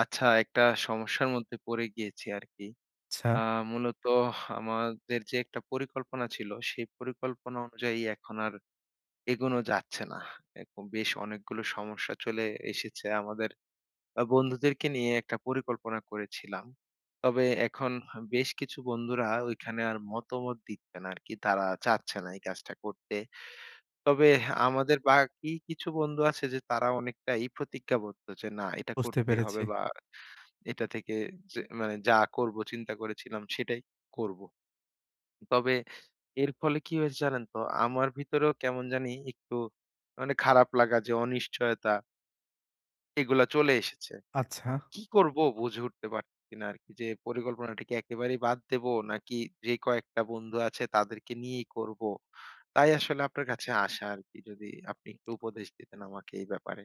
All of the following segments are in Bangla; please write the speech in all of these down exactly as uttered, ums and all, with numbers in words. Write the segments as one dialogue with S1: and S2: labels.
S1: আচ্ছা, একটা সমস্যার মধ্যে পড়ে গিয়েছি আরকি।
S2: আচ্ছা,
S1: আ মূলত আমাদের যে একটা পরিকল্পনা ছিল, সেই পরিকল্পনা অনুযায়ী এখন আর এগোনো যাচ্ছে না। এখন বেশ অনেকগুলো সমস্যা চলে এসেছে। আমাদের আ বন্ধুদেরকে নিয়ে একটা পরিকল্পনা করেছিলাম। তবে এখন বেশ কিছু বন্ধুরা ওইখানে আর মতামত দিচ্ছে না আরকি। তারা চাচ্ছে না এই কাজটা করতে। তবে আমাদের বাকি কিছু বন্ধু আছে যে তারা অনেকটাই প্রতিজ্ঞাবদ্ধ যে, "না, এটা
S2: বুঝতে
S1: করতেই হবে"
S2: পেরেছি।
S1: বা এটা থেকে যে মানে যা করব চিন্তা করেছিলাম সেটাই করব। তবে এর ফলে কি হয়েছে জানেন তো? আমার ভিতরেও কেমন জানি একটু মানে খারাপ লাগা যে অনিশ্চয়তা এগুলা চলে এসেছে।
S2: আচ্ছা,
S1: কি করব বুঝে উঠতে পারতেছি না আরকি যে পরিকল্পনাটা কি একেবারেই বাদ দেব নাকি যে কয়েকটা বন্ধু আছে তাদেরকে নিয়েই করব। তাই আসলে আপনার কাছে আসা আরকি যদি আপনি একটু উপদেশ দিতেন আমাকে এই ব্যাপারে।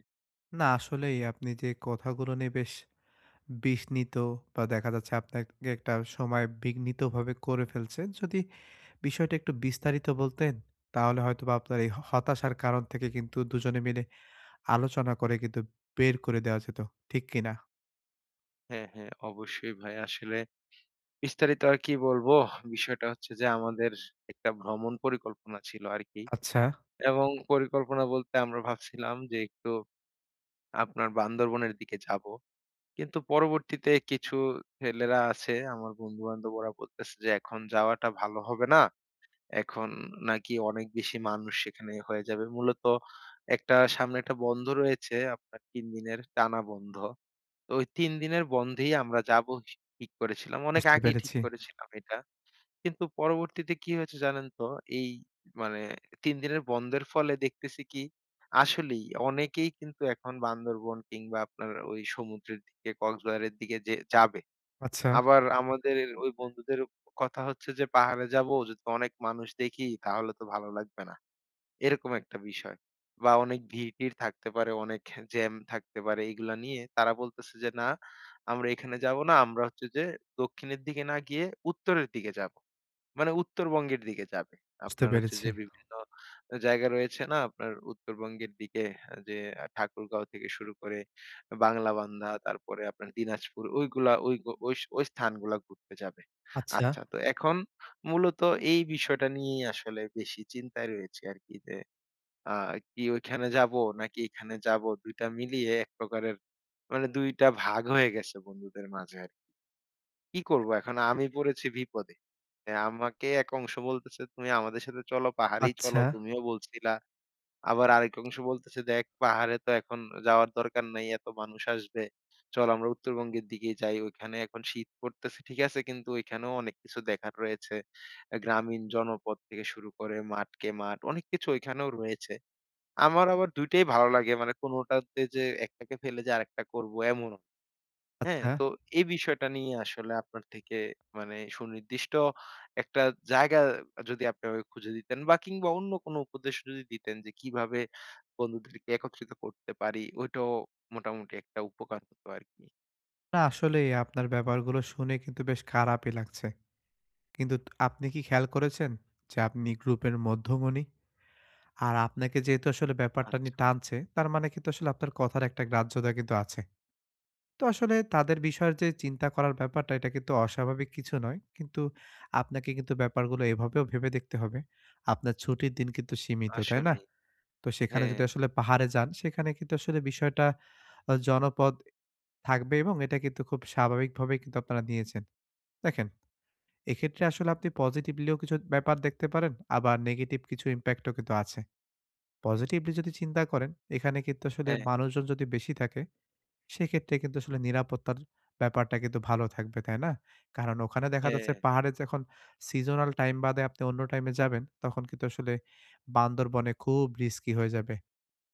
S2: না আসলেই আপনি যে কথাগুলো নিয়ে বেশ বিঘ্নিত বা দেখা যাচ্ছে আপনাকে একটা সময় বিঘ্নিতভাবে করে ফেলছে। যদি বিষয়টা একটু বিস্তারিত বলতেন, তাহলে হয়তোবা আপনার এই হ হতাশার কারণ থেকে কিন্তু দুজনে মিলে আলোচনা করে কিন্তু বের করে দেওয়া যেত। ঠিক কি না?
S1: হ্যাঁ, হ্যাঁ অবশ্যই ভাই আসলে বিস্তারিত আর কি বলবো? বিষয়টা হচ্ছে যে আমাদের একটা ভ্রমণ পরিকল্পনা ছিল আরকি।
S2: আচ্ছা,
S1: এবং পরিকল্পনা বলতে আমরা ভাবছিলাম যে একটু আপনার বান্দরবনের দিকে যাবো। কিন্তু পরবর্তীতে কিছু ছেলেরা আছে আমার বন্ধু-বান্ধব ওরা বলতেছে যে, "এখন যাওয়াটা ভালো হবে না। এখন নাকি অনেক বেশি মানুষ সেখানে হয়ে যাবে।" মূলত একটা সামনে একটা বন্ধ রয়েছে আপনার তিন দিনের টানা বন্ধ। তো ওই তিন দিনের বন্ধেই আমরা যাবো ঠিক করেছিলাম। অনেক
S2: বুঝতে
S1: আগেই ঠিক
S2: পেরেছি।
S1: করেছিলাম এটা। কিন্তু পরবর্তীতে কি হয়েছে জানেন তো? এই মানে তিন দিনের বন্ধের ফলে দেখতেছি কি আসলেই অনেকেই কিন্তু এখন বান্দরবন কিংবা আপনার ওই সমুদ্রের দিকে কক্সবাজারের দিকে যে যাবে।
S2: আচ্ছা,
S1: আবার আমাদের ওই বন্ধুদের কথা হচ্ছে যে পাহাড়ে যাবো যদি অনেক মানুষ দেখি তাহলে তো ভালো লাগবে না। এরকম একটা বিষয়। বা অনেক ভিড়-টির থাকতে পারে, অনেক জ্যাম থাকতে পারে এগুলা নিয়ে তারা বলতেছে যে, "না আমরা এখানে যাবো না। আমরা হচ্ছে যে দক্ষিণের দিকে না গিয়ে উত্তরের দিকে যাবো।" মানে উত্তরবঙ্গের দিকে যাবে।
S2: বুঝতে
S1: আপনার হচ্ছে
S2: পেরেছি।
S1: যে বিভিন্ন জায়গা রয়েছে না আপনার উত্তরবঙ্গের দিকে আহ, যে ঠাকুরগাঁও থেকে শুরু করে বাংলাবান্ধা তারপরে আপনার দিনাজপুর ওইগুলা ওই গ ওই স- ওই স্থানগুলা ঘুরতে যাবে।
S2: আচ্ছা,
S1: আচ্ছা তো এখন মূলত এই বিষয়টা নিয়েই আসলে বেশি চিন্তায় রয়েছি আরকি যে আ কি ওইখানে যাবো নাকি এখানে যাবো দুই টা মিলিয়ে এক প্রকারের মানে দুই টা ভাগ হয়ে গেছে বন্ধুদের মাঝে। কি করবো এখন? আমি পড়েছি বিপদে। হ্যাঁ, আমাকে এক অংশ বলতেছে, "তুমি আমাদের সাথে চলো, পাহাড়েই চলো।
S2: আচ্ছা,
S1: তুমিও বলছিলা।" আবার আরেক অংশ বলতেছে, "দেখ, পাহাড়ে তো এখন যাওয়ার দরকার নাই। এত মানুষ আসবে। চল আমরা উত্তরবঙ্গের দিকেই যাই। ওইখানে এখন শীত পড়তেছে ঠিক আছে, কিন্তু ওইখানেও অনেক কিছু দেখার রয়েছে। আ গ্রামীণ জনপদ থেকে শুরু করে মাঠকে মাঠ, অনেক কিছু ওইখানেও রয়েছে।" আমার আবার দুই টাই ভালো লাগে। মানে কোনোটাতে যে একটাকে ফেলে যে আরেকটা করবো এমন হ্যাঁ,
S2: আচ্ছা।
S1: তো এই বিষয়টা নিয়ে আসলে আপনার থেকে মানে সুনির্দিষ্ট একটা জায়গা যদি আপনি আমাকে খুঁজে দিতেন বা কিংবা অন্য কোনো উপদেশ যদি দিতেন যে কিভাবে বন্ধুদেরকে একত্রিত করতে পারি ওইটাও মোটামুটি একটা উপকার হতো আরকি।
S2: না আসলেই আপনার ব্যাপারগুলো শুনে কিন্তু বেশ খারাপই লাগছে। কিন্তু আপনি কি খেয়াল করেছেন যে আপনি গ্রুপের মধ্যমণি? আর আপনাকে যেহেতু আসলে ব্যাপারটা নিয়ে
S1: আচ্ছা,
S2: টানছে, তার মানে কিন্তু আসলে আপনার কথার একটা গ্রাহ্যতা কিন্তু আছে। তো আসলে তাদের বিষয়ের যে চিন্তা করার ব্যাপারটা, এটা কিন্তু অস্বাভাবিক কিছু নয়। কিন্তু আপনাকে কিন্তু ব্যাপারগুলো এভাবেও ভেবে দেখতে হবে। আপনার ছুটির দিন কিন্তু সীমিত, তাই না?
S1: আসলেই।
S2: তো সেখানে যদি
S1: হ্যাঁ,
S2: আসলে পাহাড়ে যান, সেখানে কিন্তু আসলে বিষয়টা আ জনপদ থাকবে এবং এটা কিন্তু খুব স্বাভাবিকভাবেই কিন্তু আপনারা নিয়েছেন। দেখেন, এক্ষেত্রে আসলে আপনি পজিটিভলিও কিছু ব্যাপার দেখতে পারেন, আবার নেগেটিভ কিছু ইমপ্যাক্টও কিন্তু আছে। পজিটিভলি যদি চিন্তা করেন, এখানে কিন্তু আসলে
S1: হ্যাঁ,
S2: মানুষজন যদি বেশি থাকে, সেক্ষেত্রে কিন্তু আসলে নিরাপত্তার ব্যাপারটা কিন্তু ভালো থাকবে, তাই না? কারণ ওখানে দেখা
S1: হ্যাঁ,
S2: যাচ্ছে পাহাড়ে যখন সিজনাল টাইম বাদে আপনি অন্য টাইমে যাবেন, তখন কিন্তু আসলে বান্দরবনে খুব রিস্কি হয়ে যাবে।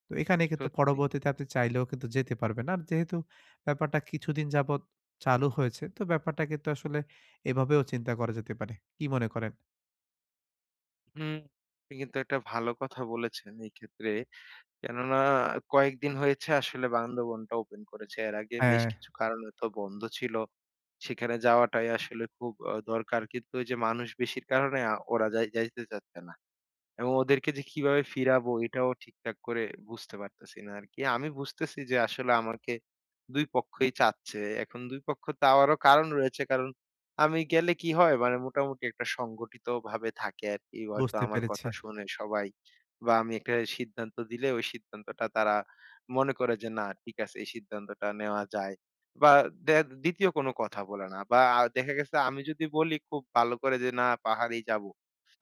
S2: তো এখানে কিন্তু
S1: সত্যি।
S2: পরবর্তীতে আপনি চাইলেও কিন্তু যেতে পারবেন। আর যেহেতু ব্যাপারটা কিছুদিন যাবৎ চালু হয়েছে, তো ব্যাপারটা কিন্তু আসলে এভাবেও চিন্তা করা যেতে পারে। কি মনে করেন?
S1: হুম, আপনি কিন্তু একটা ভালো কথা বলেছেন এই ক্ষেত্রে। কেননা কয়েকদিন হয়েছে আসলে বান্দরবনটা ওপেন করেছে। এর আগে বেশ
S2: হ্যাঁ,
S1: কিছু কারণে তো বন্ধ ছিল। সেখানে যাওয়াটাই আসলে খুব আ দরকার। কিন্তু ওই যে মানুষ বেশির কারণে আ ওরা যাই যাইতে চাচ্ছে না। এবং ওদেরকে যে কিভাবে ফিরাবো এটাও ঠিকঠাক করে বুঝতে পারতেছি না আরকি। আমি বুঝতেছি যে আসলে আমাকে দুই পক্ষই চাচ্ছে। এখন দুই পক্ষ চাওয়ারও কারণ রয়েছে। কারণ আমি গেলে কি হয় মানে মোটামুটি একটা সংগঠিতভাবে থাকে আরকি। হয়তো
S2: বুঝতে
S1: আমার
S2: পেরেছি।
S1: কথা শোনে সবাই বা আমি একটা সিদ্ধান্ত দিলে ওই সিদ্ধান্তটা তারা মনে করে যে না ঠিক আছে এই সিদ্ধান্তটা নেওয়া যায়। বা দে দ্বিতীয় কোনো কথা বলে না। বা আ দেখা গেছে আমি যদি বলি খুব ভালো করে যে না পাহাড়েই যাব।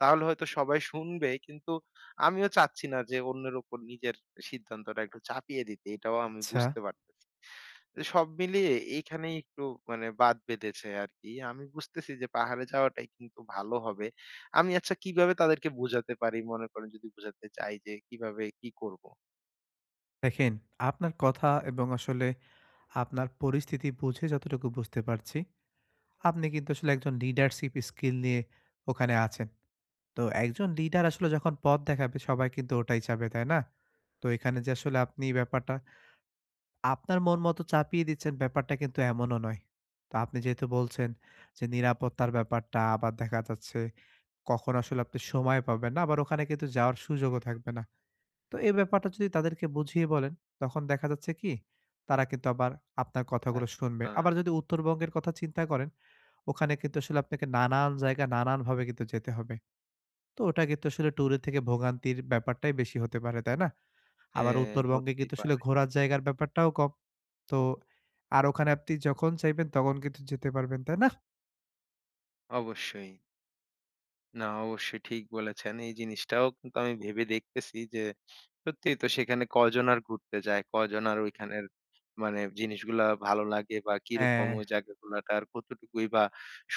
S1: তাহলে হয়তো সবাই শুনবে। কিন্তু আমিও চাচ্ছি না যে অন্যের উপর নিজের সিদ্ধান্তটা একটু চাপিয়ে দিতে। এটাও আমি
S2: আচ্ছা।
S1: বুঝতে পারতেছি। তো সব মিলিয়ে এইখানেই একটু মানে বাঁধ বেঁধেছে আরকি। আমি বুঝতেছি যে পাহাড়ে যাওয়াটাই কিন্তু ভালো হবে। আমি আচ্ছা কিভাবে তাদেরকে বোঝাতে পারি মনে করেন যদি বোঝাতে চাই যে কিভাবে কি করব?
S2: দেখেন, আপনার কথা এবং আসলে আপনার পরিস্থিতি বুঝে যতটুকু বুঝতে পারছি, আপনি কিন্তু আসলে একজন লিডারশিপ স্কিল নিয়ে ওখানে আছেন। তো একজন লিডার আসলে যখন পথ দেখাবে সবাই কিন্তু ওটাই চাবে, তাই না? তো এখানে যে আসলে আপনি ব্যাপারটা আপনার মন মতো চাপিয়ে দিচ্ছেন ব্যাপারটা কিন্তু এমনও নয়। তো আপনি যেহেতু বলছেন যে নিরাপত্তার ব্যাপারটা আবার দেখা যাচ্ছে কখন আসলে আপনি সময় পাবেন না আবার ওখানে কিন্তু যাওয়ার সুযোগও থাকবে না। তো এই ব্যাপারটা যদি তাদেরকে বুঝিয়ে বলেন তখন দেখা যাচ্ছে কি তারা কিন্তু আবার আপনার কথাগুলো শুনবে।
S1: আচ্ছা,
S2: আবার যদি উত্তরবঙ্গের কথা চিন্তা করেন, ওখানে কিন্তু আসলে আপনাকে নানান জায়গা নানানভাবে কিন্তু যেতে হবে। তো ওটা কিন্তু আসলে ট্যুরের থেকে ভোগান্তির ব্যাপারটাই বেশি হতে পারে, তাই না? আবার
S1: হ্যাঁ,
S2: উত্তরবঙ্গে
S1: হতেই
S2: কিন্তু আসলে
S1: পারে।
S2: ঘোরার জায়গার ব্যাপারটাও কম। তো আর ওখানে আপনি যখন চাইবেন তখন কিন্তু যেতে পারবেন, তাই না?
S1: অবশ্যই। না, অবশ্যই ঠিক বলেছেন। এই জিনিসটাও কিন্তু আমি ভেবে দেখতেছি যে, সত্যিই তো সেখানে কজন আর ঘুরতে যায়? কজন আর ওইখানের মানে জিনিসগুলা ভালো লাগে বা
S2: হ্যাঁ,
S1: কিরকম ওই জায়গাগুলাটা আর কতটুকুই বা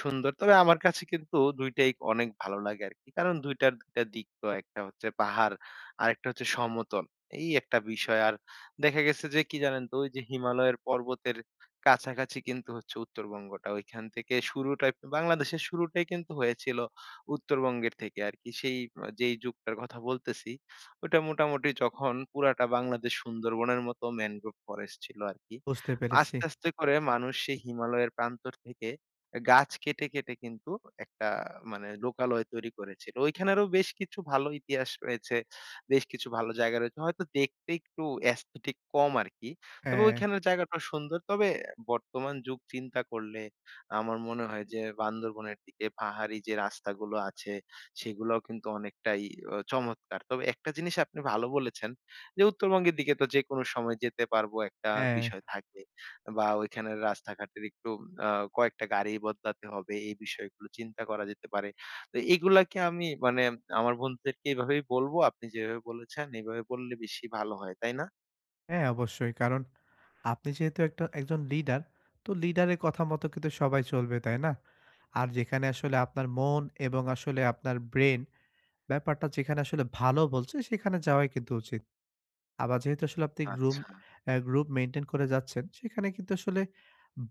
S1: সুন্দর? তবে আমার কাছে কিন্তু দুই টাই অনেক ভালো লাগে আরকি। কারণ দুই টার দুই টা দিক তো একটা হচ্ছে পাহাড়, আরেকটা হচ্ছে সমতল। এই একটা বিষয়। আর দেখা গেছে যে কি জানেন তো? ওই যে হিমালয়ের পর্বতের কাছাকাছি কিন্তু হচ্ছে উত্তরবঙ্গটা। ওইখান থেকে শুরুটাই বাংলাদেশের শুরুটাই কিন্তু হয়েছিল উত্তরবঙ্গের থেকে আরকি। সেই আ যেই যুগটার কথা বলতেছি, ওটা মোটামুটি যখন পুরাটা বাংলাদেশ সুন্দরবনের মতো ম্যানগ্রোভ ফরেস্ট ছিল আরকি।
S2: বুঝতে পেরেছি।
S1: আস্তে, আস্তে করে মানুষ সেই হিমালয়ের প্রান্তর থেকে গাছ কেটে, কেটে কিন্তু একটা মানে লোকালয় তৈরি করেছিল। ওইখানেরও বেশ কিছু ভালো ইতিহাস রয়েছে। বেশ কিছু ভালো জায়গা রয়েছে। হয়তো দেখতে একটু aesthetic কম আরকি। তবে
S2: হ্যাঁ,
S1: ওইখানের জায়গাটাও সুন্দর। তবে বর্তমান যুগ চিন্তা করলে আমার মনে হয় যে বান্দরবনের দিকে পাহাড়ি যে রাস্তাগুলো আছে সেগুলোও কিন্তু অনেকটাই আহ, চমৎকার। তবে একটা জিনিস আপনি ভালো বলেছেন যে উত্তরবঙ্গের দিকে তো যেকোনো সময় যেতে পারবো একটা
S2: হ্যাঁ,
S1: বিষয় থাকে বা ওইখানের রাস্তাঘাটের একটু আহ, কয়েকটা গাড়ি বদলাতে হবে এই বিষয়গুলো চিন্তা করা যেতে পারে। তো এগুলা কি আমি মানে আমার বন্ধুদেরকে এভাবেই বলবো আপনি যেভাবে বলেছেন এভাবে বললে বেশি ভালো হয়, তাই না?
S2: হ্যাঁ, অবশ্যই। কারণ আপনি যেহেতু একটা একজন লিডার, তো লিডারের কথা মতো কিন্তু সবাই চলবে, তাই না? আর যেখানে আসলে আপনার মন এবং আসলে আপনার ব্রেইন ব্যাপারটা যেখানে আসলে ভালো বলছে, সেখানে যাওয়াই কিন্তু উচিত। আবার যেহেতু আসলে আপনি গ্রুম
S1: আচ্ছা।
S2: অ্যা গ্রুপ মেইনটেইন করে যাচ্ছেন, সেখানে কিন্তু আসলে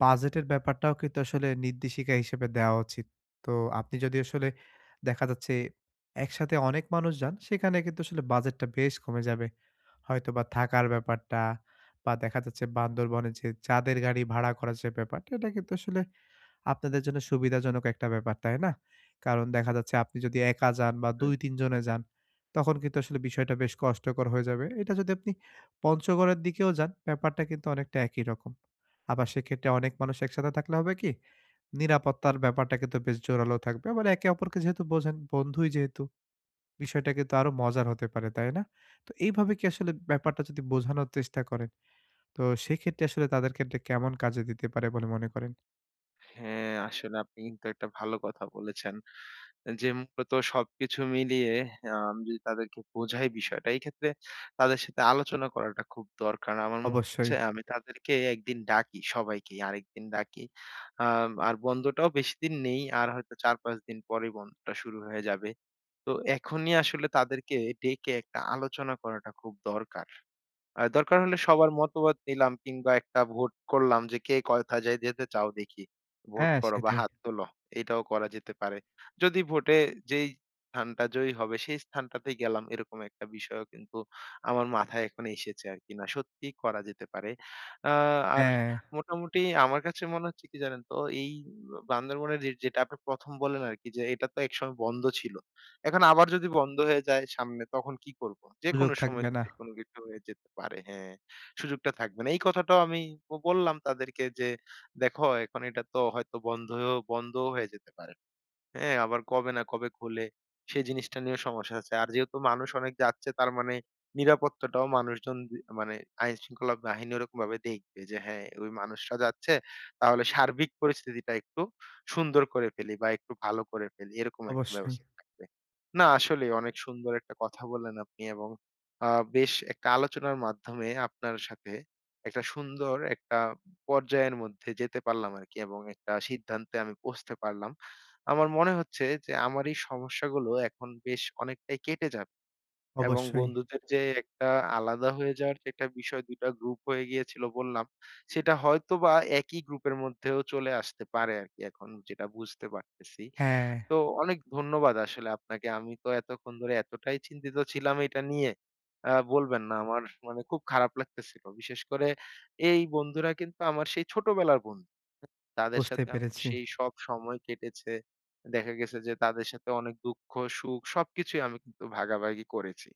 S2: বাজেটের ব্যাপারটাও কিন্তু আসলে নির্দেশিকা হিসেবে দেওয়া উচিত। তো আপনি যদি আসলে দেখা যাচ্ছে একসাথে অনেক মানুষ যান, সেখানে কিন্তু আসলে বাজেটটা বেশ কমে যাবে। হয়তোবা থাকার ব্যাপারটা বা দেখা যাচ্ছে বান্দরবনে যে যাদের গাড়ি ভাড়া করার যে ব্যাপারটা, এটা কিন্তু আসলে আপনাদের জন্য সুবিধাজনক একটা ব্যাপার, তাই না? কারণ দেখা যাচ্ছে আপনি যদি একা যান বা দুই তিন জনে যান, তখন কিন্তু আসলে বিষয়টা বেশ কষ্টকর হয়ে যাবে। এটা যদি আপনি পঞ্চগড়ের দিকেও যান, ব্যাপারটা কিন্তু অনেকটা একই রকম। আবার সেক্ষেত্রে অনেক মানুষ একসাথে থাকলে হবে কি? নিরাপত্তার ব্যাপারটা কিন্তু বেশ জোরালো থাকবে। আবার একে অপরকে যেহেতু বোঝেন, বন্ধুই যেহেতু, বিষয়টা কিন্তু আরো মজার হতে পারে, তাই না? তো এইভাবে কি আসলে
S1: হুম,
S2: ব্যাপারটা যদি বোঝানোর চেষ্টা করেন, তো সেক্ষেত্রে আসলে তাদের ক্ষেত্রে কেমন কাজে দিতে পারে বলে মনে করেন?
S1: হ্যাঁ, আসলে আপনি কিন্তু একটা ভালো কথা বলেছেন। যে মূলত সবকিছু মিলিয়ে আ আমি যদি তাদেরকে বোঝাই বিষয়টা, এই ক্ষেত্রে তাদের সাথে আলোচনা করাটা খুব দরকার। আমার মনে
S2: অবশ্যই।
S1: হচ্ছে আমি তাদেরকে একদিন ডাকি সবাইকেই, আরেকদিন ডাকি। আম আর বন্ধটাও বেশিদিন নেই। আর হয়তো চার-পাঁচ দিন পরেই বন্ধটা শুরু হয়ে যাবে। তো এখনই আসলে তাদেরকে ডেকে একটা আলোচনা করাটা খুব দরকার। আ দরকার হলে সবার মতামত নিলাম কিংবা একটা ভোট করলাম যে কে কোথায় যায় যেতে চাও দেখি। ভোট
S2: হ্যাঁ,
S1: করো বা
S2: সেটাই।
S1: হাত তোলো। এটাও করা যেতে পারে। যদি ভোটে যেই স্থানটা জয়ী হবে সেই স্থানটাতেই গেলাম এরকম একটা বিষয়ও কিন্তু আমার মাথায় এখন এসেছে আরকি। না সত্যিই করা যেতে পারে। আ আর
S2: হ্যাঁ,
S1: মোটামুটি আমার কাছে মনে হচ্ছে কি জানেন তো এই বান্দরবনের যে যেটা আপনি প্রথম বললেন আরকি যে এটা তো একসময় বন্ধ ছিল। এখন আবার যদি বন্ধ হয়ে যায় সামনে তখন কি করব?
S2: সুযোগ
S1: যেকোনো সময়
S2: থাকবে না।
S1: যেকোনো কিছু হয়ে যেতে পারে। হ্যাঁ, সুযোগটা থাকবে না। এই কথাটাও আমি ব বললাম তাদেরকে যে, "দেখো এখন এটা তো হয়তো বন্ধ হয়েও বন্ধও হয়ে যেতে পারে।" হ্যাঁ, আবার কবে না কবে খোলে, সেই জিনিসটা নিয়েও সমস্যা আছে। আর যেহেতু মানুষ অনেক যাচ্ছে তার মানে নিরাপত্তাটাও মানুষজন দি মানে আইনশৃঙ্খলা বাহিনী ওরকমভাবে দেখবে যে হ্যাঁ, ওই মানুষরা যাচ্ছে তাহলে সার্বিক পরিস্থিতিটা একটু সুন্দর করে ফেলি বা একটু ভালো করে ফেলি। এরকম একটা
S2: অবশ্যই,
S1: ব্যবস্থা থাকবে। না আসলেই অনেক সুন্দর একটা কথা বললেন আপনি এবং আ বেশ একটা আলোচনার মাধ্যমে আপনার সাথে একটা সুন্দর একটা পর্যায়ের মধ্যে যেতে পারলাম আরকি এবং একটা সিদ্ধান্তে আমি পৌঁছতে পারলাম। আমার মনে হচ্ছে যে আমার এই সমস্যাগুলো এখন বেশ অনেকটাই কেটে যাবে। এবং
S2: অবশ্যই।
S1: বন্ধুদের যে একটা আলাদা হয়ে যাওয়ার যে একটা বিষয় দুই টা গ্রুপ হয়ে গিয়েছিল বললাম, সেটা হয়তোবা একই গ্রুপের মধ্যেও চলে আসতে পারে আরকি এখন যেটা বুঝতে পারতেছি।
S2: হ্যাঁ,
S1: তো অনেক ধন্যবাদ আসলে আপনাকে। আমি তো এতক্ষণ ধরে এতটাই চিন্তিত ছিলাম এটা নিয়ে, আ বলবেন না। আমার মানে খুব খারাপ লাগতেছিল। বিশেষ করে এই বন্ধুরা কিন্তু আমার সেই ছোটবেলার বন্ধু। তাদের
S2: বুঝতে
S1: সাথে আমার
S2: পেরেছি।
S1: সেই সব সময় কেটেছে। দেখা গেছে যে তাদের সাথে অনেক দুঃখ, সুখ সবকিছুই আমি কিন্তু ভাগাভাগি করেছি।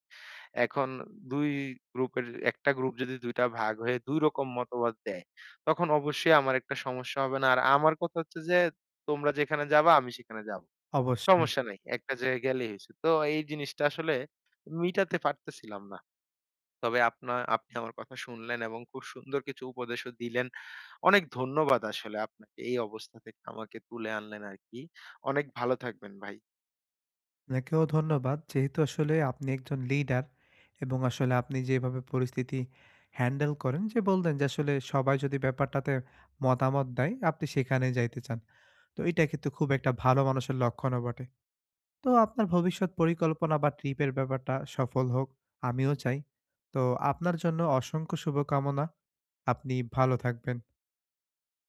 S1: এখন দুই গ্রুপের একটা গ্রুপ যদি দুই টা ভাগ হয়ে দুই রকম মতবাদ দেয়, তখন অবশ্যই আমার একটা সমস্যা হবে না। আর আমার কথা হচ্ছে যে, তোমরা যেখানে যাবা আমি সেখানে যাব।
S2: অবশ্যই।
S1: সমস্যা নাই। একটা জায়গায় গেলেই হইছে। তো এই জিনিসটা আসলে মিটাতে পারতেছিলাম না। তবে আপনা আপনি আমার কথা শুনলেন এবং খুব সুন্দর কিছু উপদেশও দিলেন। অনেক ধন্যবাদ আসলে আপনাকে এই অবস্থা থেকে আমাকে তুলে আনলেন আরকি। অনেক ভালো থাকবেন ভাই।
S2: আপনাকেও ধন্যবাদ। যেহেতু আসলে আপনি একজন লিডার এবং আসলে আপনি যেভাবে পরিস্থিতি হ্যান্ডেল করেন যে বললেন যে আসলে সবাই যদি ব্যাপারটাতে মতামত দেয় আপনি সেখানে যাইতে চান। তো এটা কিন্তু খুব একটা ভালো মানুষের লক্ষণও বটে। তো আপনার ভবিষ্যৎ পরিকল্পনা বা ট্রিপের ব্যাপারটা সফল হোক, আমিও চাই। তো আপনার জন্য অসংখ্য শুভকামনা। আপনি ভালো থাকবেন।